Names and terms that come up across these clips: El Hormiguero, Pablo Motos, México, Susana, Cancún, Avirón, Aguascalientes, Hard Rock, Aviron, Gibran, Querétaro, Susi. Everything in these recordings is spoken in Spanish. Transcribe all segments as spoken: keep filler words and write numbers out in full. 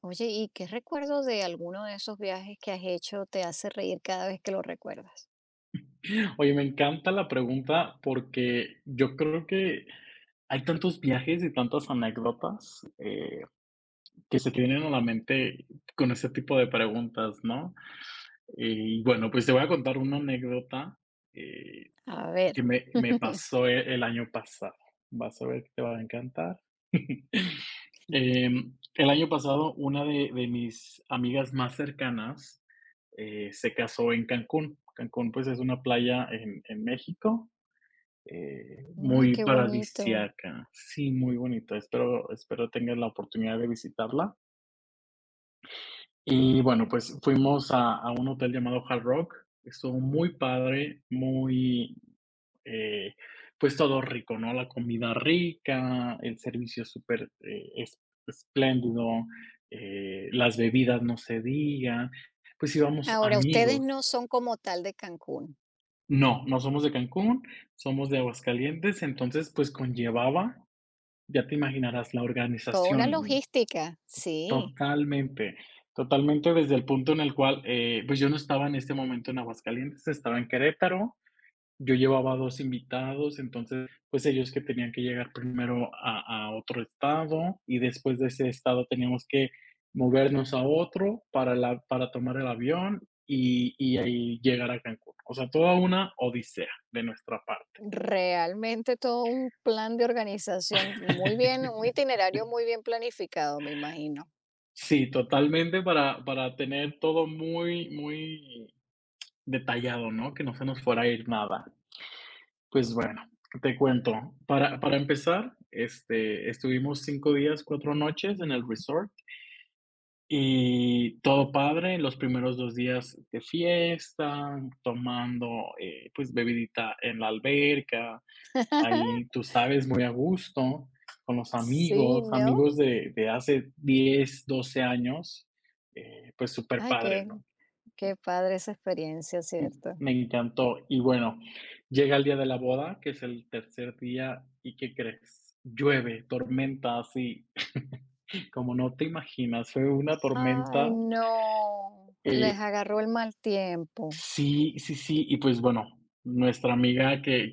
Oye, ¿y qué recuerdo de alguno de esos viajes que has hecho te hace reír cada vez que lo recuerdas? Oye, me encanta la pregunta porque yo creo que hay tantos viajes y tantas anécdotas, eh, que se te vienen a la mente con ese tipo de preguntas, ¿no? Eh, Y bueno, pues te voy a contar una anécdota, eh, A ver. que me me pasó e el año pasado. Vas a ver que te va a encantar. Em, el año pasado, una de de mis amigas más cercanas, eh, se casó en Cancún. Cancún, pues, es una playa en en México, eh, Ay, muy qué bonito. paradisiaca. Sí, muy bonita. Espero, espero tengas la oportunidad de visitarla. Y bueno, pues fuimos a, a un hotel llamado Hard Rock. Estuvo muy padre, muy, eh, pues todo rico, ¿no? La comida rica, el servicio súper eh, es- espléndido, eh, las bebidas no se digan. Pues íbamos Ahora, ustedes amigos. no son como tal de Cancún. No, no somos de Cancún, somos de Aguascalientes, entonces pues conllevaba. Ya te imaginarás la Toda una organización, logística, sí. totalmente, totalmente desde el punto en el cual, eh, pues, yo no estaba en este momento en Aguascalientes, estaba en Querétaro. Yo llevaba dos invitados, entonces, pues, ellos que tenían que llegar primero a a otro estado, y después de ese estado teníamos que movernos a otro para la para tomar el avión y y ahí llegar a Cancún. O sea, toda una odisea de nuestra parte. Realmente todo un plan de organización muy bien, un itinerario muy bien planificado, me imagino. Sí, totalmente para para tener todo muy, muy detallado, ¿no? Que no se nos fuera a ir nada. Pues bueno, te cuento. Para para empezar, este, estuvimos cinco días, cuatro noches en el resort y todo padre. Los primeros dos días de fiesta, tomando, eh, pues, bebidita en la alberca. Ahí tú sabes, muy a gusto, con los Sí, amigos, ¿no? amigos de de hace diez doce años, eh, pues súper Ay, padre, qué, ¿no? qué padre esa experiencia, Mm, ¿cierto? me encantó. Y bueno, llega el día de la boda, que es el tercer día, ¿y qué crees? Llueve, tormenta, así, como no te imaginas, fue una Ay, tormenta, no, les eh, agarró el mal tiempo. sí, sí, sí, y pues bueno, nuestra amiga que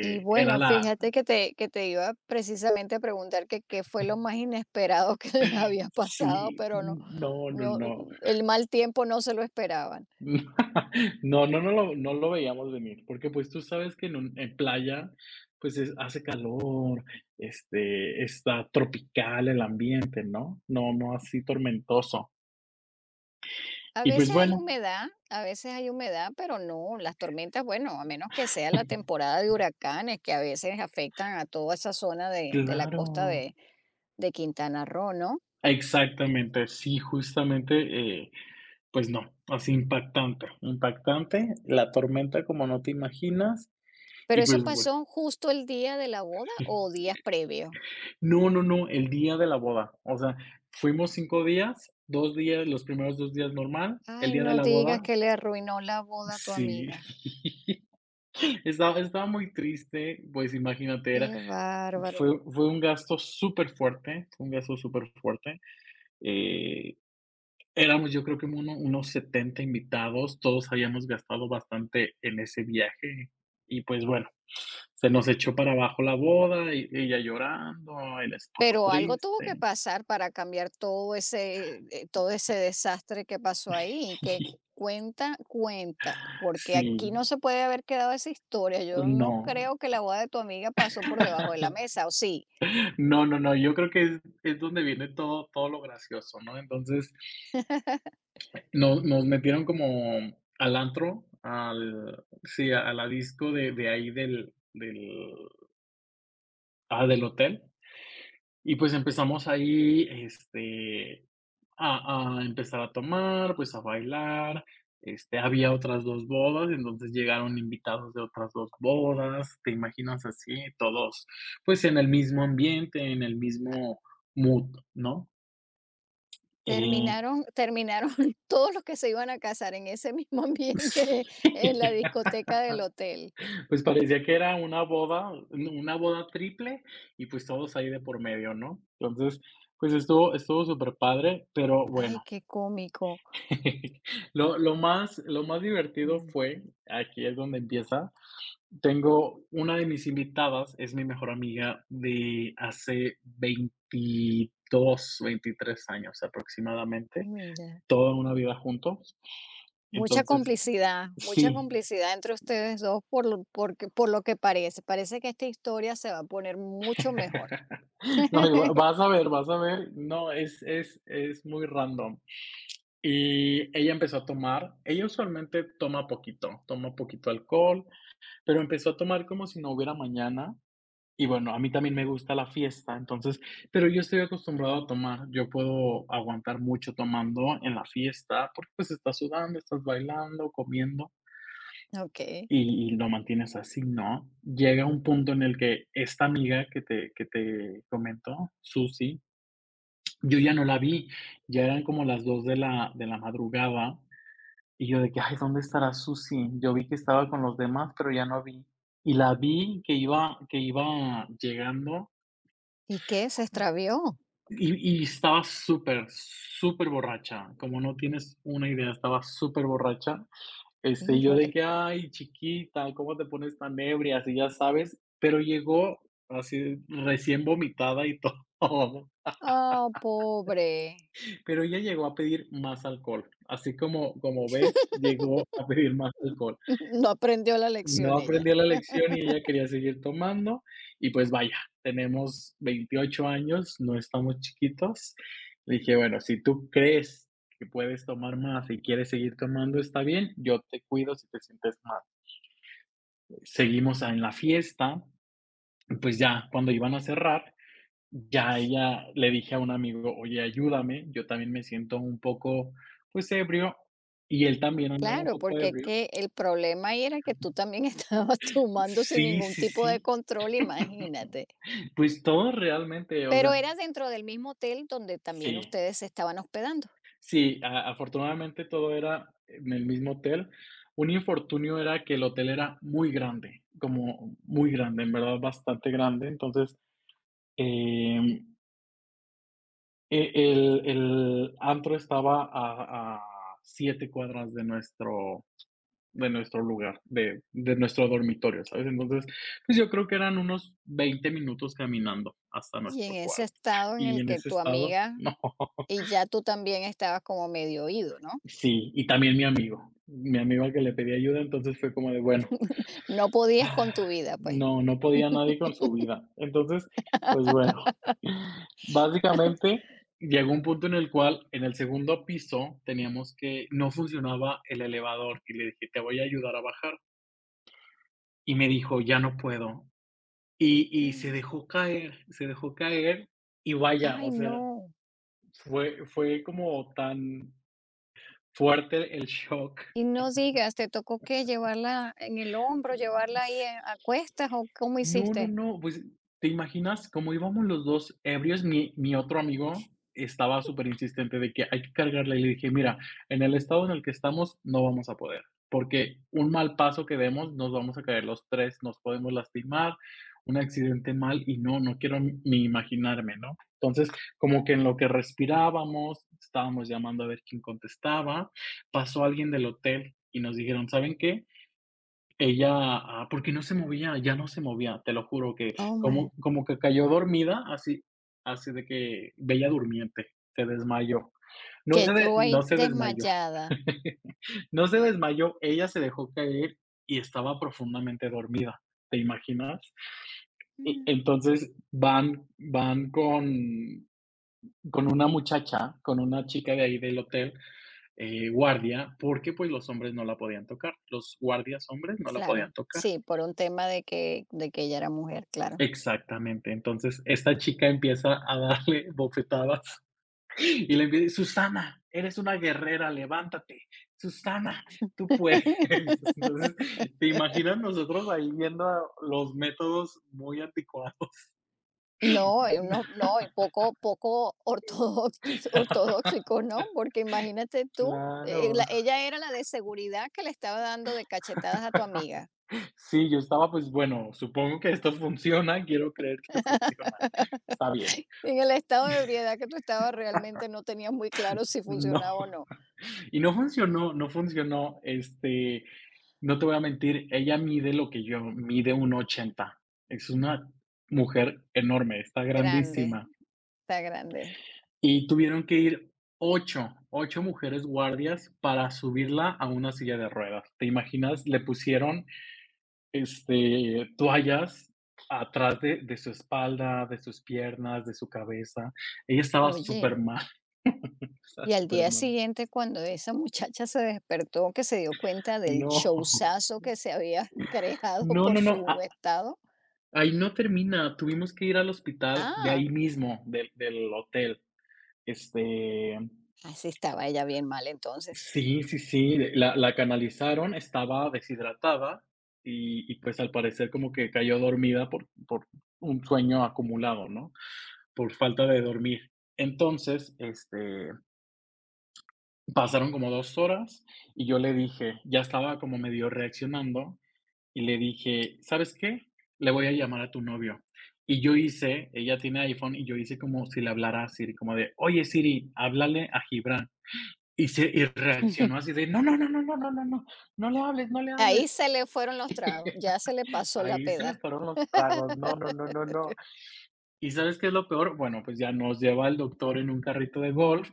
Y era bueno, la. fíjate que te que te iba precisamente a preguntar que qué fue lo más inesperado que les había pasado, Sí, pero no no, no, no, no. el mal tiempo no se lo esperaban. No, no, no lo no lo veíamos venir, porque, pues, tú sabes que en un en playa, pues, es hace calor, este, está tropical el ambiente, ¿no? No no así tormentoso. A Y, pues, veces hay bueno. humedad, a veces hay humedad, pero no, las tormentas, bueno, a menos que sea la temporada de huracanes, que a veces afectan a toda esa zona de de la costa Claro. de de Quintana Roo, ¿no? Exactamente, sí, justamente, eh, pues no, así impactante, impactante, la tormenta como no te imaginas Pero, y, ¿eso pues, bueno. pasó justo el día de la boda o días previos? No, no, no, el día de la boda. O sea, fuimos cinco días, dos días, los primeros dos días normal, el Ay, día de no la digas boda que le arruinó la boda a tu sí. amiga. Estaba estaba muy triste, pues imagínate, era Qué bárbaro. fue fue un gasto superfuerte, fue un gasto superfuerte. Eh, éramos yo creo que uno unos setenta invitados, todos habíamos gastado bastante en ese viaje y, pues, bueno, se nos echó para abajo la boda, e ella llorando, el esposo Pero algo tuvo que triste. pasar para cambiar todo ese, eh, todo ese desastre que pasó ahí, que cuenta, cuenta, porque aquí Sí, no se puede haber quedado esa historia. Yo no no. creo que la boda de tu amiga pasó por debajo de la mesa, o sí. No, no, no, yo creo que es es donde viene todo todo lo gracioso, ¿no? Entonces, nos nos metieron como al antro, al sí, a a la disco de de ahí del del ah, del hotel, y pues empezamos ahí, este, A a empezar a tomar, pues, a bailar. Este, había otras dos bodas, entonces llegaron invitados de otras dos bodas, ¿te imaginas así? Todos, pues, en el mismo ambiente, en el mismo mood, ¿no? Eh, Terminaron, terminaron todos los que se iban a casar en ese mismo ambiente sí, en la discoteca del hotel. pues, parecía que era una boda, no, una boda triple y, pues, todos ahí de por medio, ¿no? Entonces, pues, estuvo estuvo súper padre, pero Ay, bueno. qué cómico. lo lo más lo más divertido Mm, fue, aquí es donde empieza. Tengo una de mis invitadas, es mi mejor amiga de hace veintidós, veintitrés años aproximadamente, Mira. toda una vida juntos. Mucha Entonces, complicidad, mucha sí. complicidad entre ustedes dos por lo porque por lo que parece. Parece que esta historia se va a poner mucho mejor. No, y va- vas a ver, vas a ver. No, es, es, es muy random. Y ella empezó a tomar, ella usualmente toma poquito, toma poquito alcohol, pero empezó a tomar como si no hubiera mañana. Y bueno, a mí también me gusta la fiesta, entonces, pero yo estoy acostumbrado a tomar, yo puedo aguantar mucho tomando en la fiesta, porque pues estás sudando, estás bailando, comiendo ¿Ok? y y lo mantienes así, ¿no? Llega un punto en el que esta amiga que te que te comento, Susi, yo ya no la vi, ya eran como las dos de la de la madrugada, y yo de que: "Ay, ¿dónde estará Susi?". Yo vi que estaba con los demás, pero ya no vi. Y la vi que iba que iba llegando. ¿Y qué? ¿Se extravió? Y y estaba súper, súper borracha, como no tienes una idea, estaba súper borracha. Este, y yo de Híjole. que: "Ay, chiquita, ¿cómo te pones tan ebria?", así, ya sabes, pero llegó así recién vomitada y todo, Ah, pobre. pero ella llegó a pedir más alcohol, así como como ves, llegó a pedir más alcohol. No aprendió la lección No ella. aprendió la lección y ella quería seguir tomando, y pues vaya, tenemos veintiocho años, no estamos chiquitos. Le dije: "Bueno, si tú crees que puedes tomar más y quieres seguir tomando, está bien, yo te cuido si te sientes mal". Seguimos en la fiesta, pues ya cuando iban a cerrar, ya ella le dije a un amigo: "Oye, ayúdame, yo también me siento un poco, pues, ebrio", y él también andaba un Claro, poco porque es ebrio. que el problema ahí era que tú también estabas tomando sin Sí, ningún sí, tipo de sí. control, imagínate. Pues todos realmente, o Pero sea, era dentro del mismo hotel donde sí, también ustedes se estaban hospedando. sí, a afortunadamente todo era en el mismo hotel. Un infortunio era que el hotel era muy grande, como muy grande, en verdad bastante grande. Entonces, em, e el el antro estaba a a siete cuadras de nuestro de nuestro lugar, de de nuestro dormitorio, ¿sabes? Entonces, pues, yo creo que eran unos veinte minutos caminando hasta Y en nuestro ese cuarto, estado en y el en que ese tu estado, amiga. no. Y ya tú también estabas como medio oído, ¿no? Sí, y también mi amigo. Mi amigo al que le pedí ayuda, entonces fue como de, bueno, No podías con tu vida, pues. no, no podía nadie con su vida. Entonces, pues bueno, básicamente llegó un punto en el cual en el segundo piso teníamos que no funcionaba el elevador y le dije: "Te voy a ayudar a bajar". Y me dijo: "Ya no puedo". Y y se dejó caer, se dejó caer y vaya, Ay, o sea, no. fue fue como tan fuerte el shock. Y no digas, ¿te tocó qué? ¿Llevarla en el hombro, llevarla ahí a a cuestas o cómo No, no, hiciste? no, pues, ¿te imaginas? Como íbamos los dos ebrios, mi mi otro amigo estaba súper insistente de que hay que cargarla, y le dije: "Mira, en el estado en el que estamos no vamos a poder, porque un mal paso que demos nos vamos a caer los tres, nos podemos lastimar, un accidente mal y no, no quiero ni ni imaginarme", ¿no? Entonces, como que en lo que respirábamos, estábamos llamando a ver quién contestaba, pasó alguien del hotel y nos dijeron: "¿Saben qué? Ella, ah, porque no se movía, ya no se movía, te lo juro que Oh, man. como como que cayó dormida, así así de que bella durmiente, se desmayó. No Que se de tú ahí no se desmayó". desmayada. No se desmayó, ella se dejó caer y estaba profundamente dormida, ¿te imaginas? Y Mm. entonces van van con con una muchacha, con una chica de ahí del hotel, eh, guardia, porque, pues, los hombres no la podían tocar, los guardias hombres no la podían Claro, tocar. sí, por un tema de que de que ella era mujer, claro. Exactamente. Entonces, esta chica empieza a darle bofetadas y le empieza: "Susana, eres una guerrera, levántate. Susana, tú puedes". Entonces, ¿te imaginas nosotros ahí viendo los métodos muy anticuados? No, eh, no, no, y poco poco ortodox ortodoxico, ¿no? Porque imagínate tú, eh, Claro. la ella era la de seguridad que le estaba dando de cachetadas a tu amiga. Sí, yo estaba, pues bueno, supongo que esto funciona, quiero creer que funciona. Está bien. En el estado de ebriedad que tú estabas, realmente no tenías muy claro si No. funcionaba o no. Y no funcionó, no funcionó, este, no te voy a mentir, ella mide lo que yo, mide un ochenta. Es una mujer enorme, está Grande, grandísima. está grande. Y tuvieron que ir ocho, ocho mujeres guardias para subirla a una silla de ruedas. ¿Te imaginas? Le pusieron, este, toallas atrás de de su espalda, de sus piernas, de su cabeza. Ella estaba Oye, supermal, estaba y al súper día mal. siguiente, cuando esa muchacha se despertó, que se dio cuenta del No, showzazo que se había creado no, por no, no. su estado, Ahí no termina, tuvimos que ir al hospital de ah, ahí mismo, del del hotel. Este, así estaba ella bien mal entonces. sí, sí, sí, la la canalizaron, estaba deshidratada y y, pues, al parecer como que cayó dormida por por un sueño acumulado, ¿no? Por falta de dormir. Entonces, este, pasaron como dos horas y yo le dije ya estaba como medio reaccionando. Y le dije: "¿Sabes qué? Le voy a llamar a tu novio". Y yo hice, ella tiene iPhone, y yo hice como si le hablara a Siri, como de: "Oye, Siri, háblale a Gibran". Y se y Ujú. reaccionó así de: "No, no, no, no, no, no, no, no, no le hables, no le Ahí hables". se le fueron los tragos, ya se le pasó la Ahí se le peda. fueron los tragos. No, no, no, no, no. ¿Y sabes qué es lo peor? Bueno, pues ya nos lleva el doctor en un carrito de golf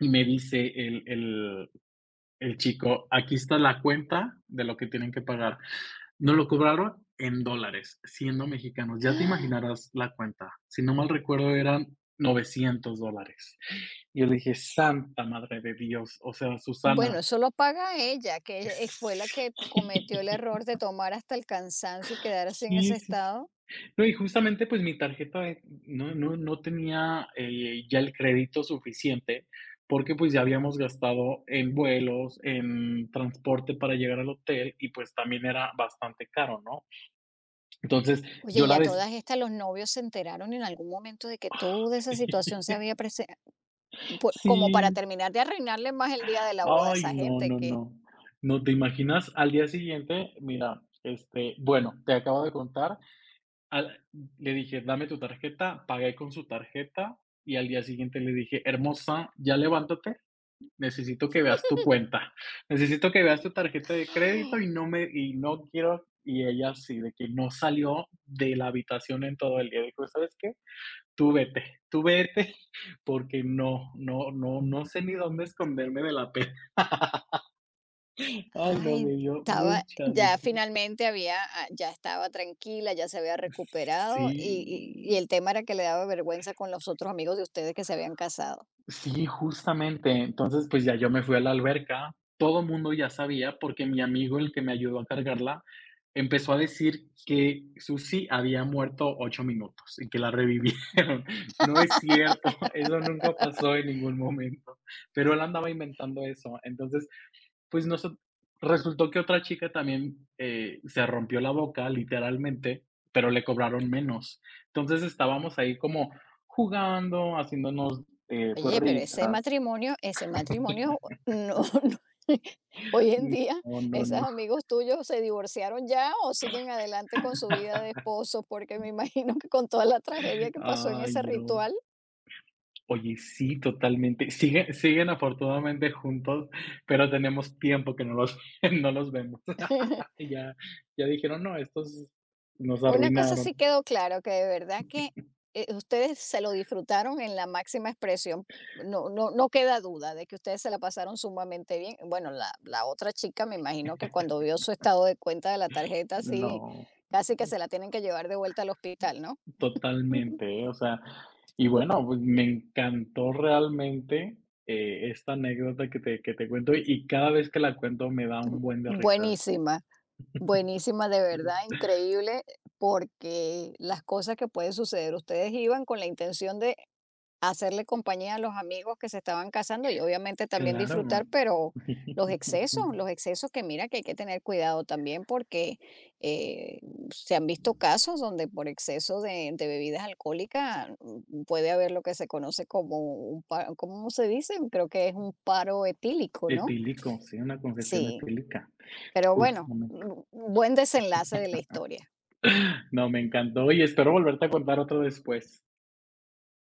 y me dice el el el chico: "Aquí está la cuenta de lo que tienen que pagar". Nos lo cobraron en dólares, siendo mexicanos. Ya te imaginarás la cuenta. Si no mal recuerdo, eran novecientos dólares. Y yo dije: "Santa Madre de Dios, o sea, Bueno, Susana". eso lo paga ella, que ella, eh, fue la que cometió el error de tomar hasta el cansancio y quedarse en ese Sí, sí, sí. estado. No, y justamente, pues, mi tarjeta de no no no tenía, eh, ya el crédito suficiente, porque, pues, ya habíamos gastado en vuelos, en transporte para llegar al hotel y, pues, también era bastante caro, ¿no? Entonces, Oye, yo y la a des todas estas los novios se enteraron en algún momento de que toda esa situación se había presentado como para Sí. terminar de arruinarle más el día de la boda a Ay, esa no, gente no, que. no. No, ¿te imaginas? Al día siguiente, mira, este, bueno, te acabo de contar, al le dije: "Dame tu tarjeta", pagué con su tarjeta y al día siguiente le dije: "Hermosa, ya levántate. Necesito que veas tu cuenta, necesito que veas tu tarjeta de crédito", y no me y no quiero, y ella así de que no salió de la habitación en todo el día. Dijo: "¿Sabes qué? Tú vete, tú vete, porque no, no, no, no sé ni dónde esconderme de la pena". Ay, no, me Ay, dio estaba mucha, ya mucha. finalmente había ah, ya estaba tranquila, ya se había Sí. recuperado, y y y el tema era que le daba vergüenza con los otros amigos de ustedes que se habían casado. Sí, justamente. Entonces, pues, ya yo me fui a la alberca. Todo mundo ya sabía, porque mi amigo, el que me ayudó a cargarla, empezó a decir que Susi había muerto ocho minutos y que la revivieron. No es cierto, eso nunca pasó en ningún momento, pero él andaba inventando eso. Entonces, pues noso resultó que otra chica también, eh, se rompió la boca, literalmente, pero le cobraron menos. Entonces, estábamos ahí como jugando, haciéndonos, eh, pues, Oye, pero ese risas. matrimonio ese matrimonio no no hoy en día, No, no, esos no. amigos tuyos, ¿se divorciaron ya o siguen adelante con su vida de esposos? Porque me imagino que con toda la tragedia Sí, que pasó en ay, ese no. ritual. Oye, sí, totalmente. Sigue siguen afortunadamente juntos, pero tenemos tiempo que no los no los vemos. Ya ya dijeron: "No, estos nos Una cosa arruinaron". sí quedó claro, que de verdad que, eh, ustedes se lo disfrutaron en la máxima expresión. No no no queda duda de que ustedes se la pasaron sumamente bien. Bueno, la la otra chica, me imagino que cuando vio su estado de cuenta de la tarjeta, sí, No. casi que se la tienen que llevar de vuelta al hospital, ¿no? Totalmente, ¿eh? O sea, y bueno, pues, me encantó realmente, eh, esta anécdota que te que te cuento, y cada vez que la cuento me da un buen de risa. Buenísima, buenísima, de verdad, increíble, porque las cosas que pueden suceder, ustedes iban con la intención de hacerle compañía a los amigos que se estaban casando y obviamente también Claro. disfrutar, pero los excesos, los excesos que mira que hay que tener cuidado también porque eh, se han visto casos donde por exceso de, de bebidas alcohólicas mm, puede haber lo que se conoce como un paro, ¿cómo se dice? Creo que es un paro etílico, ¿no? Etílico, sí, una congestión Sí, etílica, pero bueno, justamente. mm, buen desenlace de la historia. No, me encantó y espero volverte a contar otro después.